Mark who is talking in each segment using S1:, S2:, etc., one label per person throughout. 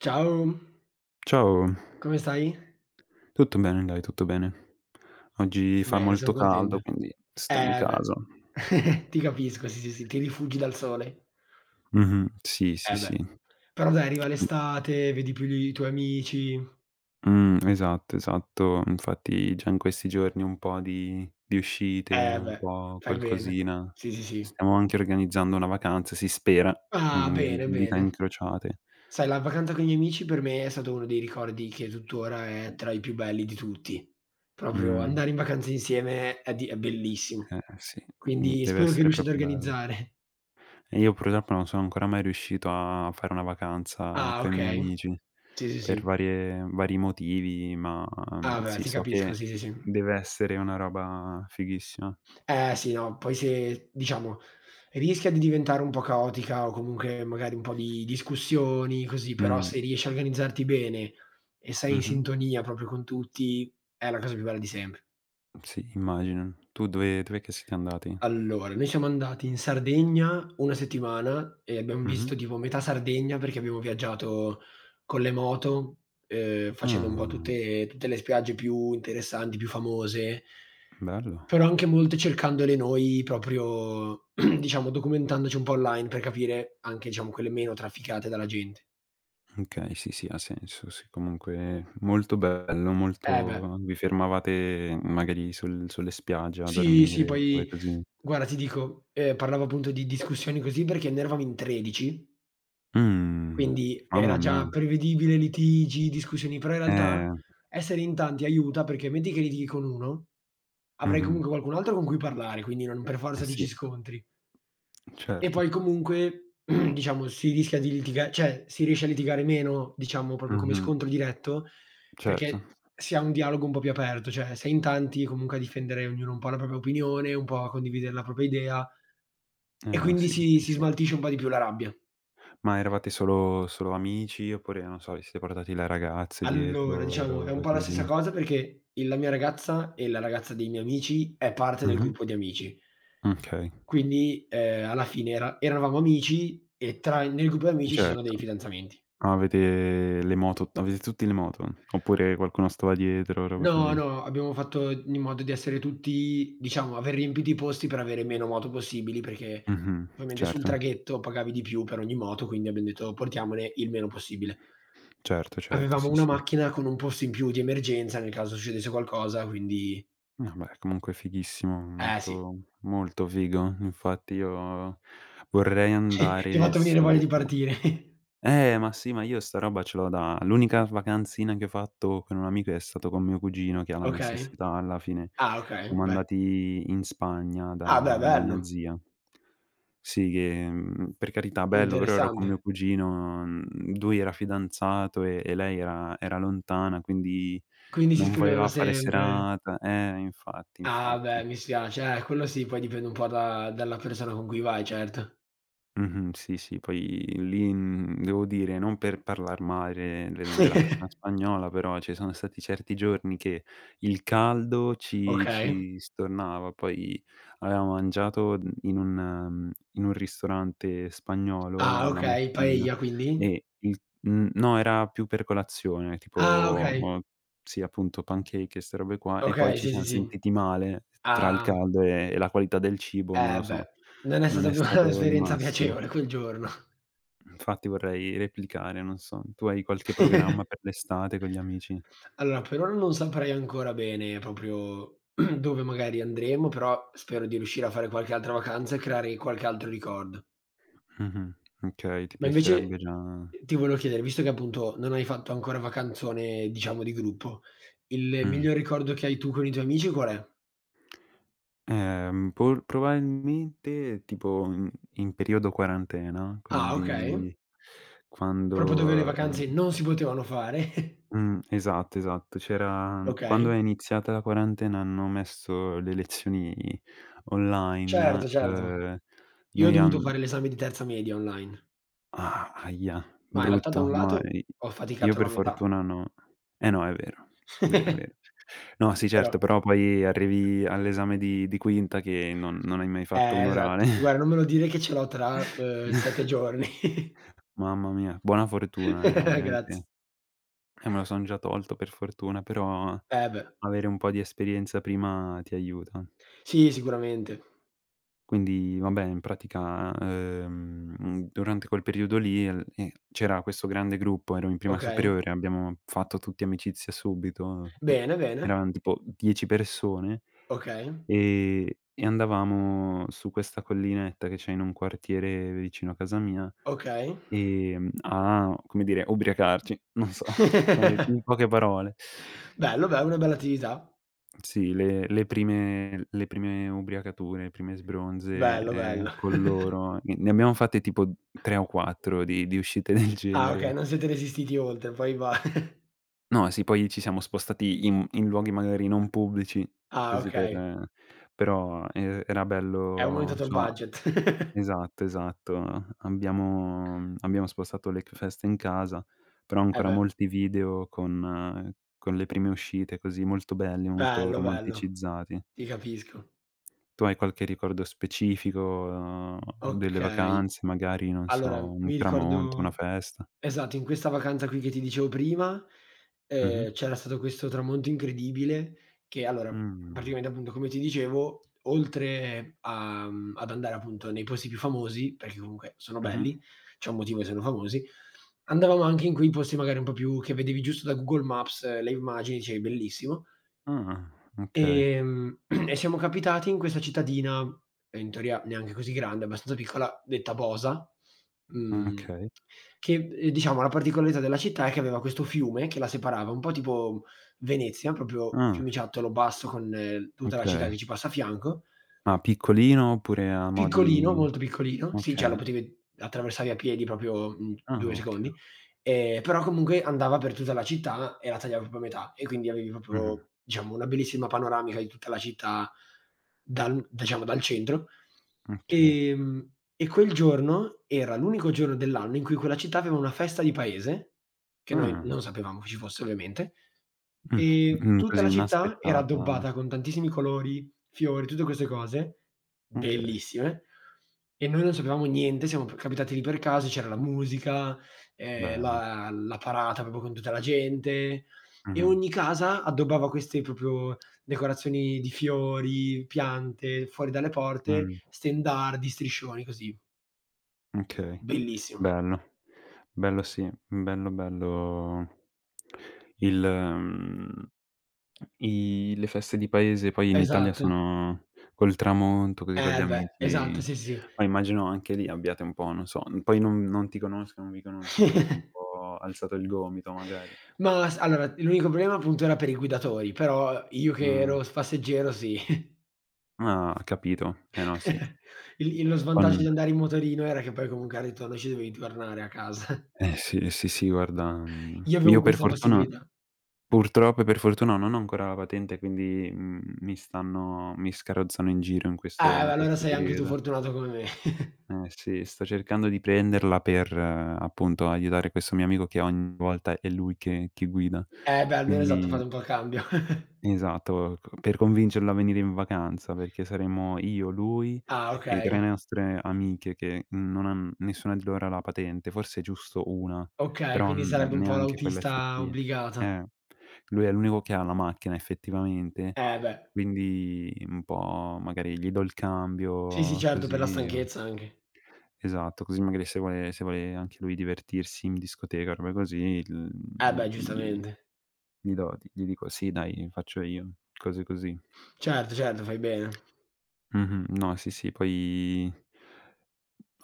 S1: Ciao,
S2: Ciao,
S1: come stai?
S2: tutto bene dai, tutto bene. Oggi fa
S1: Bene, son
S2: molto
S1: contento.
S2: caldo, quindi sto in
S1: Beh.
S2: casa.
S1: Ti capisco, sì, sì, sì, ti rifugi dal sole.
S2: Mh-mh. Sì, sì,
S1: Beh.
S2: sì.
S1: Però dai, arriva l'estate, vedi più i tuoi amici.
S2: Esatto, esatto. Infatti già in questi giorni un po' di uscite, un
S1: Beh,
S2: po'
S1: fai bene.
S2: qualcosina.
S1: Sì, sì, sì.
S2: Stiamo anche organizzando una vacanza, si spera,
S1: Ah,
S2: mhmm,
S1: bene,
S2: dita
S1: bene.
S2: incrociate.
S1: Sai, la vacanza con gli amici per me è stato uno dei ricordi che tuttora è tra i più belli di tutti. Proprio
S2: Mh,
S1: andare in vacanza insieme è di è bellissimo.
S2: eh sì,
S1: Quindi
S2: deve
S1: spero che
S2: essere
S1: riusciate a
S2: proprio bello.
S1: organizzare.
S2: E io purtroppo non sono ancora mai riuscito a fare una vacanza
S1: Ah,
S2: coi miei
S1: okay.
S2: amici,
S1: Sì, sì,
S2: per
S1: sì.
S2: vari motivi, ma,
S1: Ah, beh,
S2: sì,
S1: ti
S2: so
S1: capisco,
S2: che
S1: sì, sì, sì.
S2: deve essere una roba fighissima.
S1: Eh sì, no, poi se diciamo rischia di diventare un po' caotica o comunque magari un po' di discussioni così, però
S2: Mh,
S1: se riesci a organizzarti bene e sei in
S2: mh-mh.
S1: sintonia proprio con tutti, è la cosa più bella di sempre.
S2: Sì, immagino. Tu dove dov'è che siete andati?
S1: Allora, noi siamo andati in Sardegna 1 settimana e abbiamo
S2: Mh-mh.
S1: visto tipo metà Sardegna, perché abbiamo viaggiato con le moto, facendo un po'
S2: Ah,
S1: tutte le spiagge più interessanti, più famose,
S2: bello.
S1: però anche molte cercandole noi proprio, diciamo, documentandoci un po' online per capire anche, diciamo, quelle meno trafficate dalla gente.
S2: Okay, sì, sì, ha senso, sì, comunque molto bello,
S1: Eh beh,
S2: molto vi fermavate magari sulle spiagge a
S1: sì, sì,
S2: dormire, robe
S1: poi
S2: così.
S1: guarda ti dico, parlavo appunto di discussioni così perché ne eravamo in 13.
S2: Mh,
S1: Quindi
S2: mamma
S1: era
S2: mia.
S1: già prevedibile litigi, discussioni, però in
S2: Eh.
S1: realtà essere in tanti aiuta perché metti che litighi con uno, avrai
S2: Mh-mh.
S1: comunque qualcun altro con cui parlare, quindi non per
S2: Eh
S1: forza ti ci
S2: sì,
S1: scontri. E
S2: certo.
S1: poi comunque diciamo si rischia di litiga cioè si riesce a litigare meno, diciamo proprio come
S2: Mh-mh.
S1: scontro diretto,
S2: Certo.
S1: perché si ha un dialogo un po' più aperto, cioè sei in tanti comunque a difendere ognuno un po' la propria opinione, un po' a condividere la propria idea
S2: Eh
S1: e
S2: no,
S1: quindi
S2: sì,
S1: si
S2: sì,
S1: si
S2: sì.
S1: smaltisce un po' di più la rabbia.
S2: Ma eravate solo amici oppure, non so, vi siete portati le ragazze
S1: Allora,
S2: dietro,
S1: diciamo è un
S2: robe
S1: po' la stessa
S2: così?
S1: cosa perché il la mia ragazza e la ragazza dei miei amici è parte del
S2: Mh-mh.
S1: gruppo di amici.
S2: Okay,
S1: Quindi, alla fine eravamo amici e tra nel gruppo di amici ci sono
S2: certo.
S1: dei fidanzamenti.
S2: Ma avete le moto, avete tutti le moto? Oppure qualcuno stava dietro, robe
S1: No,
S2: così?
S1: no, abbiamo fatto in modo di essere tutti diciamo, aver riempito i posti per avere meno moto possibili, perché
S2: Mh-mh.
S1: ovviamente sul
S2: Certo.
S1: traghetto pagavi di più per ogni moto, quindi abbiam detto: "Portiamone il meno possibile".
S2: Certo, certo,
S1: Avevamo
S2: sì,
S1: una
S2: sì.
S1: macchina con un posto in più di emergenza nel caso succedesse qualcosa, quindi
S2: Vabbè, comunque fighissimo,
S1: eh sì.
S2: molto figo. Infatti io vorrei
S1: Ti ha
S2: andare
S1: fatto venire voglia
S2: su.
S1: di partire.
S2: Ma sì, ma io sta roba ce l'ho da l'unica vacanzina che ho fatto con un amico è stato con mio cugino che ha la mia
S1: Okay.
S2: stessa età alla fine.
S1: Ah, okay,
S2: Siamo
S1: beh.
S2: andati in Spagna
S1: Ah, beh,
S2: da
S1: bello,
S2: mia zia. Sì, che, per carità bello, però ero con
S1: interessante.
S2: mio cugino, lui era fidanzato e lei era lontana, quindi
S1: Quindi si
S2: non
S1: scrivevano
S2: voleva fare
S1: sempre.
S2: serata infatti,
S1: Ah, beh,
S2: infatti.
S1: mi spiace. Quello sì, poi dipende un po' da dalla persona con cui vai, certo.
S2: Mh-mh, sì, sì, poi lì, devo dire, non per parlar male della cucina spagnola, però ci sono stati certi giorni che il caldo ci
S1: Okay.
S2: ci stornava. Poi avevamo mangiato in un in un ristorante spagnolo
S1: Ah,
S2: la
S1: okay,
S2: mattina
S1: paella quindi?
S2: e il no, era più per colazione,
S1: Ah,
S2: tipo
S1: okay.
S2: sì, appunto pancake e 'ste robe qua, e poi
S1: Okay,
S2: ci
S1: sì, sì,
S2: siam
S1: sì.
S2: sentiti male tra il
S1: Ah,
S2: caldo e la qualità del cibo, non lo so.
S1: beh, non è
S2: Non
S1: stata
S2: è
S1: più
S2: stato il
S1: un'esperienza
S2: massimo.
S1: piacevole quel giorno.
S2: Infatti vorrei replicare, non so. Tu hai qualche programma per l'estate con gli amici?
S1: Allora, per ora non saprei ancora bene proprio dove magari andremo, però spero di riuscire a fare qualche altra vacanza e creare qualche altro ricordo.
S2: Mh-mh. Okay, ti
S1: Ma
S2: piacerebbe
S1: invece,
S2: già
S1: ti volevo chiedere, visto che appunto non hai fatto ancora vacanzone, diciamo, di gruppo, il
S2: mh.
S1: miglior ricordo che hai tu con i tuoi amici qual è?
S2: Por Probabilmente tipo in in periodo quarantena,
S1: Ah, okay.
S2: quindi
S1: Proprio dove le
S2: quando
S1: vacanze non si potevano fare.
S2: esatto, esatto. C'era quando
S1: Okay.
S2: è iniziata la quarantena hanno messo le lezioni
S1: Certo,
S2: online,
S1: certo. Io ho
S2: noi
S1: dovuto
S2: an.
S1: fare l'esame di terza media online,
S2: Ah, ahia,
S1: ma in realtà da un
S2: brutto. No,
S1: lato
S2: i
S1: ho
S2: io
S1: faticato la
S2: per
S1: metà,
S2: fortuna no. Eh no, è vero. Vero, vero. No, sì
S1: però
S2: certo, però poi arrivi all'esame di quinta che non hai mai fatto un orale.
S1: Esatto. Guarda, non me lo dire che ce l'ho tra, 7 giorni.
S2: Mamma mia, buona fortuna
S1: Grazie.
S2: ovviamente. Me lo son già tolto per fortuna, però
S1: Beh.
S2: avere un po' di esperienza prima ti aiuta.
S1: Sì, sicuramente.
S2: Quindi vabbè, in pratica, durante quel periodo lì, el c'era questo grande gruppo, ero in prima
S1: Okay.
S2: superiore, abbiamo fatto tutti amicizia subito,
S1: Bene, bene.
S2: eravam tipo 10 persone,
S1: Okay,
S2: ehm, e andavamo su questa collinetta che c'è in un quartiere vicino a casa mia,
S1: okay.
S2: a, come dire, ubriacarci, non so, come in poche parole.
S1: Bello, bello, una bella attività.
S2: Sì, le prime ubriacature, le prime sbronze,
S1: Bello, bello.
S2: con loro, ne abbiamo fatte tipo 3 o 4 di uscite del
S1: Ah, okay,
S2: genere.
S1: non siete resistiti oltre, poi va
S2: No, sì, poi ci siamo spostati in luoghi magari non pubblici,
S1: ah,
S2: così
S1: okay.
S2: per però e era
S1: È
S2: bello
S1: aumentato il
S2: insomma
S1: budget.
S2: esatto, esatto. Abbiamo spostato l'Hackfest in casa, però ancora
S1: Beh.
S2: molti video eh, con le prime uscite, così molto belli, molto
S1: Bello, bello.
S2: romanticizzati.
S1: Ti capisco.
S2: Tu hai qualche ricordo specifico delle
S1: Okay.
S2: vacanze, magari, non so,
S1: Allora,
S2: un
S1: mi
S2: tramonto, una
S1: ricordo
S2: festa?
S1: esatto, in questa vacanza qui che ti dicevo prima,
S2: Mh-mh.
S1: c'era stato questo tramonto incredibile che allora,
S2: Mh.
S1: praticamente appunto come ti dicevo, oltre ad andare appunto nei posti più famosi, perché comunque sono
S2: Mh-mh.
S1: belli, c'è un motivo che sono famosi, andavamo anche in quei posti magari un po' più che vedevi giusto da Google Maps le immagini, dicevi: "Bellissimo".
S2: Ah, okay,
S1: Ehm, e siamo capitati in questa cittadina, in teoria neanche così grande, abbastanza piccola, detta Bosa, mhmm,
S2: okay.
S1: che, diciamo la particolarità della città è che aveva questo fiume che la separava, un po' tipo Venezia, proprio
S2: Ah,
S1: fiumiciattolo basso con tutta la città
S2: okay.
S1: che ci passa a fianco.
S2: Ma piccolino oppure a mo'
S1: Piccolino,
S2: di
S1: molto piccolino. Sì, cioè lo
S2: okay.
S1: potevi attraversare a piedi proprio in
S2: Ah,
S1: 2
S2: okay,
S1: secondi,
S2: okay.
S1: però comunque andava per tutta la città e la tagliava proprio a metà e quindi avevi
S2: Mh-mh.
S1: proprio, diciamo, una bellissima panoramica di tutta la città dal, diciamo, dal centro.
S2: Okay.
S1: E quel giorno era l'unico giorno dell'anno in cui quella città aveva una festa di paese, che noi
S2: Ah.
S1: non sapevamo che ci fosse ovviamente,
S2: Mh.
S1: e tutta
S2: Così
S1: la città era
S2: inaspettata.
S1: addobbata con tantissimi colori, fiori, tutte queste cose
S2: Okay,
S1: bellissime e noi non sapevamo niente, siamo p capitati lì per caso, c'era la musica, ehm,
S2: bello.
S1: la la parata proprio con tutta la gente e
S2: Mh-mh.
S1: ogni casa addobbava queste proprio decorazioni di fiori, piante, fuori dalle porte,
S2: Mh.
S1: stendardi, striscioni così.
S2: Okay,
S1: Bellissimo.
S2: bello. Bello sì, bello, bello il i le feste di paese poi in Italia
S1: Esatto.
S2: sono col tramonto, così con gli
S1: Eh beh, esatto,
S2: amici.
S1: sì, sì.
S2: Ma immagino anche lì abbiate un po', non so, poi non ti conosca, non vi conosca, abbiate un po' alzato il gomito magari.
S1: Ma s allora l'unico problema appunto era per i guidatori, però io che
S2: Mh.
S1: ero s passeggero sì.
S2: Ah, capito. Eh no, sì.
S1: Il lo svantaggio di
S2: Con
S1: andare in motorino era che poi comunque al ritorno ci dovevi tornare a casa.
S2: eh sì, sì, sì, guarda,
S1: Io avevo
S2: io per
S1: questa
S2: fortuna.
S1: possibilità.
S2: Purtroppo e per fortuna non ho ancora la patente, quindi, mi stanno mi scarrozzano in giro in questo in
S1: Beh, allora
S2: questo
S1: sei anche tu
S2: periodo.
S1: fortunato come me.
S2: Eh sì, sto cercando di prenderla per, appunto, aiutare questo mio amico che ogni volta è lui che guida.
S1: Beh, almeno esatto,
S2: Quindi
S1: fate un po' il cambio.
S2: esatto, c per convincerlo a venire in vacanza, perché saremo io, lui
S1: Ah,
S2: e 3
S1: okay.
S2: nostre amiche che non han nessuna di loro ha la patente, forse giusto una,
S1: Okay,
S2: però
S1: quindi
S2: n
S1: sarebbe un po'
S2: neanche quella
S1: l'autista
S2: effettiva.
S1: obbligato.
S2: Eh, lui è l'unico che ha la macchina effettivamente,
S1: Beh.
S2: quindi un po' magari gli do il
S1: Sì, sì,
S2: cambio
S1: certo, per la
S2: così o
S1: stanchezza anche.
S2: esatto, così magari se vuole anche lui divertirsi in discoteca, robe così, l
S1: Beh,
S2: gli
S1: giustamente.
S2: gli do gli dico: "Sì dai, faccio io", cose così.
S1: Certo, certo, fai bene.
S2: Mh-mh. No, sì, sì, poi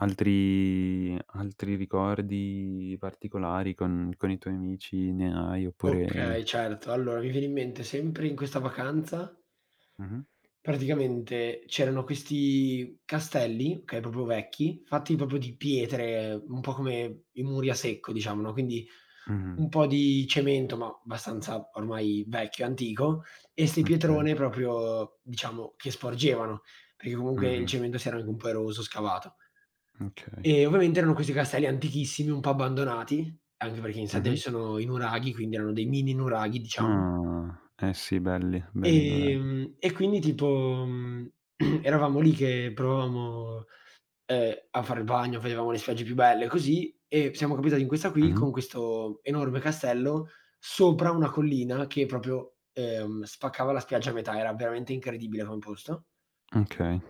S2: altri ricordi particolari con i tuoi amici ne hai
S1: Okay,
S2: oppure
S1: certo. Allora, mi viene in mente sempre in questa vacanza
S2: mh-mh,
S1: praticamente c'erano questi castelli, okay, proprio vecchi, fatti proprio di pietre, un po' come i muri a secco diciamo, no, quindi
S2: mh-mh,
S1: un po' di cemento, ma abbastanza ormai vecchio, antico, e 'ste
S2: okay,
S1: pietrone proprio, diciamo, che sporgevano, perché comunque il
S2: mh-mh,
S1: cemento si era anche un po' eroso, scavato.
S2: okay,
S1: E ovviamente erano questi castelli antichissimi, un po' abbandonati, anche perché in Sardegna
S2: mh-mh.
S1: ci sono i nuraghi, quindi erano dei mini nuraghi, diciamo.
S2: Ah, eh sì, belli, belli Nuraghi.
S1: E quindi tipo, mhmm, eravamo lì che provavamo a fare il bagno, vedevamo le spiagge più belle, così, e siamo capitati in questa qui, con
S2: Mh-mh,
S1: questo enorme castello, sopra una collina che proprio, spaccava la spiaggia a metà, era veramente incredibile come posto.
S2: okay,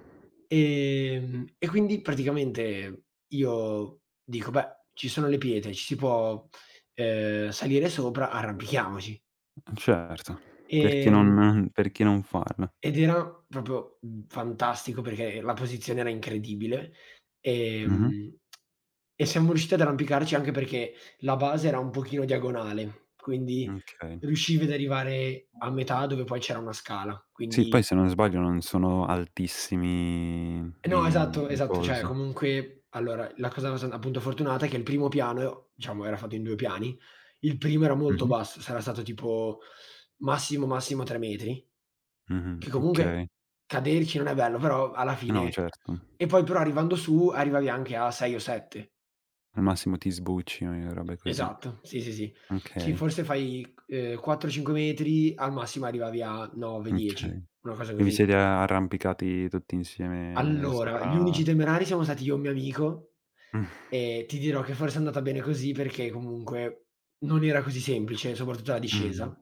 S1: E quindi praticamente io dico: "Beh, ci sono le pietre, ci si può, salire sopra, arrampichiamoci".
S2: certo,
S1: Ehm
S2: perché non farlo?
S1: Ed era proprio, fantastico perché la posizione era incredibile,
S2: Mh-mh,
S1: ehm, e siamo riusciti ad arrampicarci anche perché la base era un pochino diagonale, quindi
S2: okay.
S1: riuscivi ad arrivare a metà dove poi c'era una scala.
S2: Sì,
S1: Quindi
S2: poi se non sbaglio non sono altissimi
S1: no,
S2: i
S1: esatto,
S2: i
S1: esatto. Cioè,
S2: cosi.
S1: comunque allora, la cosa s appunto fortunata è che il primo piano, diciamo era fatto in 2 piani, il primo era molto
S2: Mh-mh,
S1: basso, sarà stato tipo massimo, massimo 3 metri,
S2: mh-mh,
S1: che comunque
S2: okay.
S1: caderci non è bello, però alla
S2: No,
S1: fine
S2: certo.
S1: e poi però arrivando su arrivavi anche a 6 o 7.
S2: Al massimo ti sbucci e robe così.
S1: Esatto, sì, sì, sì. Sì,
S2: Okay,
S1: forse fai, 4, 5 metri, al massimo arrivavi a 9, 10,
S2: okay.
S1: una cosa
S2: E vi
S1: così.
S2: siete a arrampicati tutti insieme
S1: Allora, gli
S2: sopra
S1: unici temerari siamo stati io e un mio amico, e ti dirò che forse è andata bene così perché comunque non era così semplice, soprattutto la
S2: mh,
S1: discesa.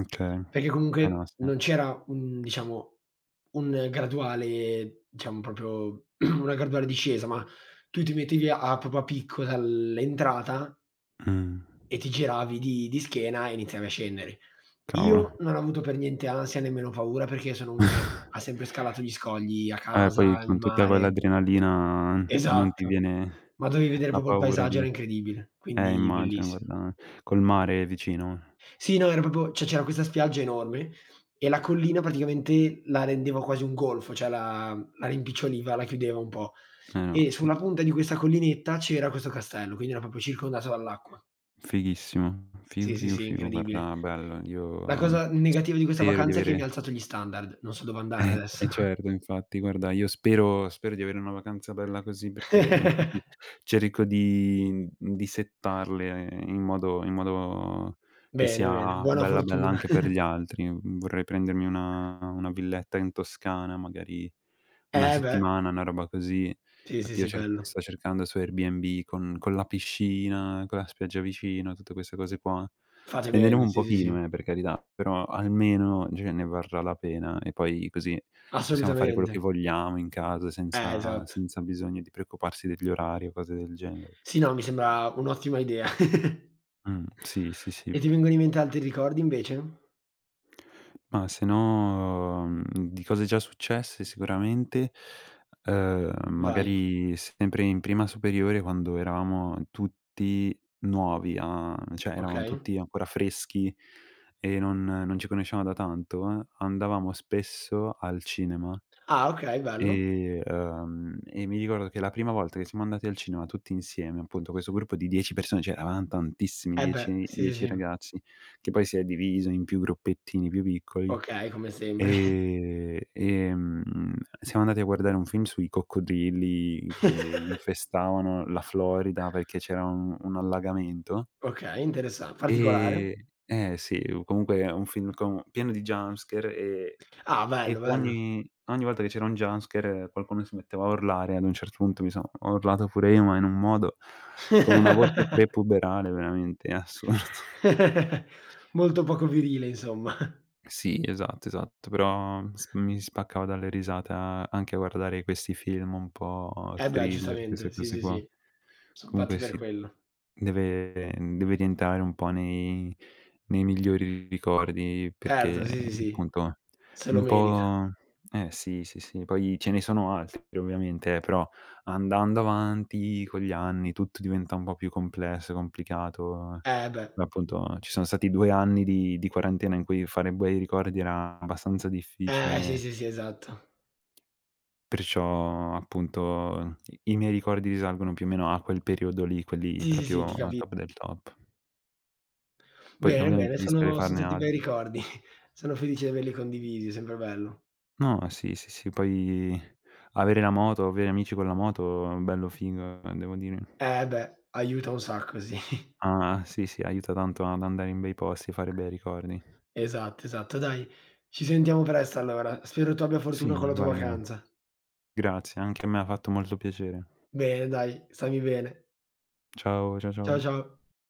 S2: okay.
S1: Perché
S2: Eh no,
S1: comunque
S2: sì.
S1: non c'era un diciamo, un graduale, diciamo proprio una graduale discesa, ma tu ti mettevi a proprio a picco dall'entrata
S2: Mh,
S1: e ti giravi di schiena e iniziavi a scendere.
S2: cavolo.
S1: Io non ho avuto per niente ansia, nemmeno paura, perché sono uno che ha sempre scalato gli scogli, a
S2: Poi
S1: casa, il
S2: con tutta
S1: mare.
S2: quell'adrenalina non ti
S1: Esatto,
S2: viene
S1: ma dovevi vedere
S2: la
S1: proprio il
S2: paura
S1: paesaggio, era
S2: di
S1: incredibile, quindi
S2: immagino
S1: bellissimo.
S2: guarda, col mare vicino?
S1: Sì, no, era proprio cioè c'era questa spiaggia enorme e la collina praticamente la rendeva quasi un golfo, cioè la rimpiccioliva, la chiudeva un po'.
S2: Eh no,
S1: E
S2: sì,
S1: sulla punta di questa collinetta c'era questo castello, quindi era proprio circondato dall'acqua.
S2: fighissimo. Figo,
S1: Sì, sì,
S2: figo,
S1: sì,
S2: figo,
S1: incredibile.
S2: guarda bello.
S1: La
S2: Io
S1: cosa negativa di questa
S2: spero di
S1: vacanza è che mi ha
S2: avere.
S1: alzato gli standard, non so dove andare adesso.
S2: Eh certo, infatti. Guarda, io spero di avere una vacanza bella così perché infatti cerco di settarle in modo che
S1: Bene, bene,
S2: sia
S1: buona
S2: bella, bella
S1: fortuna.
S2: anche per gli altri. Mhmm, vorrei prendermi una villetta in Toscana, magari 1
S1: Eh beh,
S2: settimana, una roba così.
S1: sì, sì,
S2: Infatti io
S1: sì,
S2: cer
S1: bello.
S2: sto cercando su Airbnb con la piscina, con la spiaggia vicino, tutte queste cose qua.
S1: Fate
S2: Spenderemo
S1: bene,
S2: un
S1: sì, sì, sì,
S2: pochino, per carità, però almeno cioè ne varrà la pena e poi così possiamo fare quello che
S1: assolutamente.
S2: vogliamo in casa senza
S1: Esatto.
S2: bisogno di preoccuparsi degli orari o cose del genere.
S1: Sì, no, mi sembra un'ottima idea.
S2: Sì, sì, sì.
S1: E ti vengono in mente altri ricordi invece?
S2: Ma se no, di cose già successe sicuramente,
S1: Vai,
S2: magari sempre in prima superiore quando eravamo tutti nuovi a cioè eravamo
S1: okay.
S2: tutti ancora freschi e non ci conoscevamo da tanto, andavamo spesso al cinema.
S1: Ah, okay, bello.
S2: E mi ricordo che la prima volta che siamo andati al cinema tutti insieme, appunto questo gruppo di 10 persone, cioè eravam tantissimi,
S1: Eh beh,
S2: 10-
S1: sì, sì,
S2: 10
S1: sì.
S2: ragazzi, che poi si è diviso in più gruppettini più piccoli,
S1: Okay, come sempre.
S2: ehm, ehm, siamo andati a guardare un film sui coccodrilli che infestavano la Florida perché c'era un allagamento.
S1: Okay, interessan particolare.
S2: Ehm eh sì, comunque è un film con pieno di jumpscare
S1: Ah,
S2: e
S1: bello, bello.
S2: ogni ogni volta che c'era un jump scare qualcuno si metteva a urlare, ad un certo punto mi sono ho urlato pure io, ma in un modo con una voce prepuberale veramente assurdo.
S1: Molto poco virile insomma.
S2: Sì, esatto, esatto, però s mi spaccavo dalle risate a anche a guardare questi film un po'
S1: Eh beh,
S2: thriller,
S1: giustamente,
S2: queste
S1: sì,
S2: cose
S1: sì,
S2: qua.
S1: sì, son fatti
S2: Comunque
S1: per
S2: sì.
S1: quello.
S2: Deve rientrare un po' nei nei migliori ricordi perché
S1: Certo, sì, sì, sì,
S2: appunto
S1: se lo
S2: un
S1: merita.
S2: po' eh sì, sì, sì, poi ce ne sono altri ovviamente, però andando avanti con gli anni tutto diventa un po' più complesso, complicato.
S1: Eh beh.
S2: Poi appunto ci sono stati 2 anni di quarantena in cui fare bei ricordi era abbastanza
S1: Sì,
S2: difficile,
S1: sì, sì, esatto.
S2: perciò appunto i i miei ricordi risalgono più o meno a quel periodo lì, quelli
S1: Sì, sì, sì,
S2: proprio
S1: ti
S2: al
S1: capi
S2: top del top. Poi
S1: Bene, bene,
S2: ovviamente si spera di
S1: son
S2: farne
S1: stati bei
S2: altri.
S1: ricordi. Sono felice di averli condivisi, sempre bello.
S2: No, sì, sì, sì, poi avere la moto, avere amici con la moto, bello figo, devo dire.
S1: Eh beh, aiuta un sacco, sì.
S2: Ah, sì, sì, aiuta tanto ad andare in bei posti, e fare bei ricordi.
S1: Esatto, esatto. Dai, ci sentiamo presto allora. Spero tu abbia fortuna con
S2: Sì,
S1: la tua
S2: guarda,
S1: vacanza.
S2: grazie, anche a me ha fatto molto piacere.
S1: Bene dai, stammi bene.
S2: Ciao, ciao.
S1: Ciao, ciao.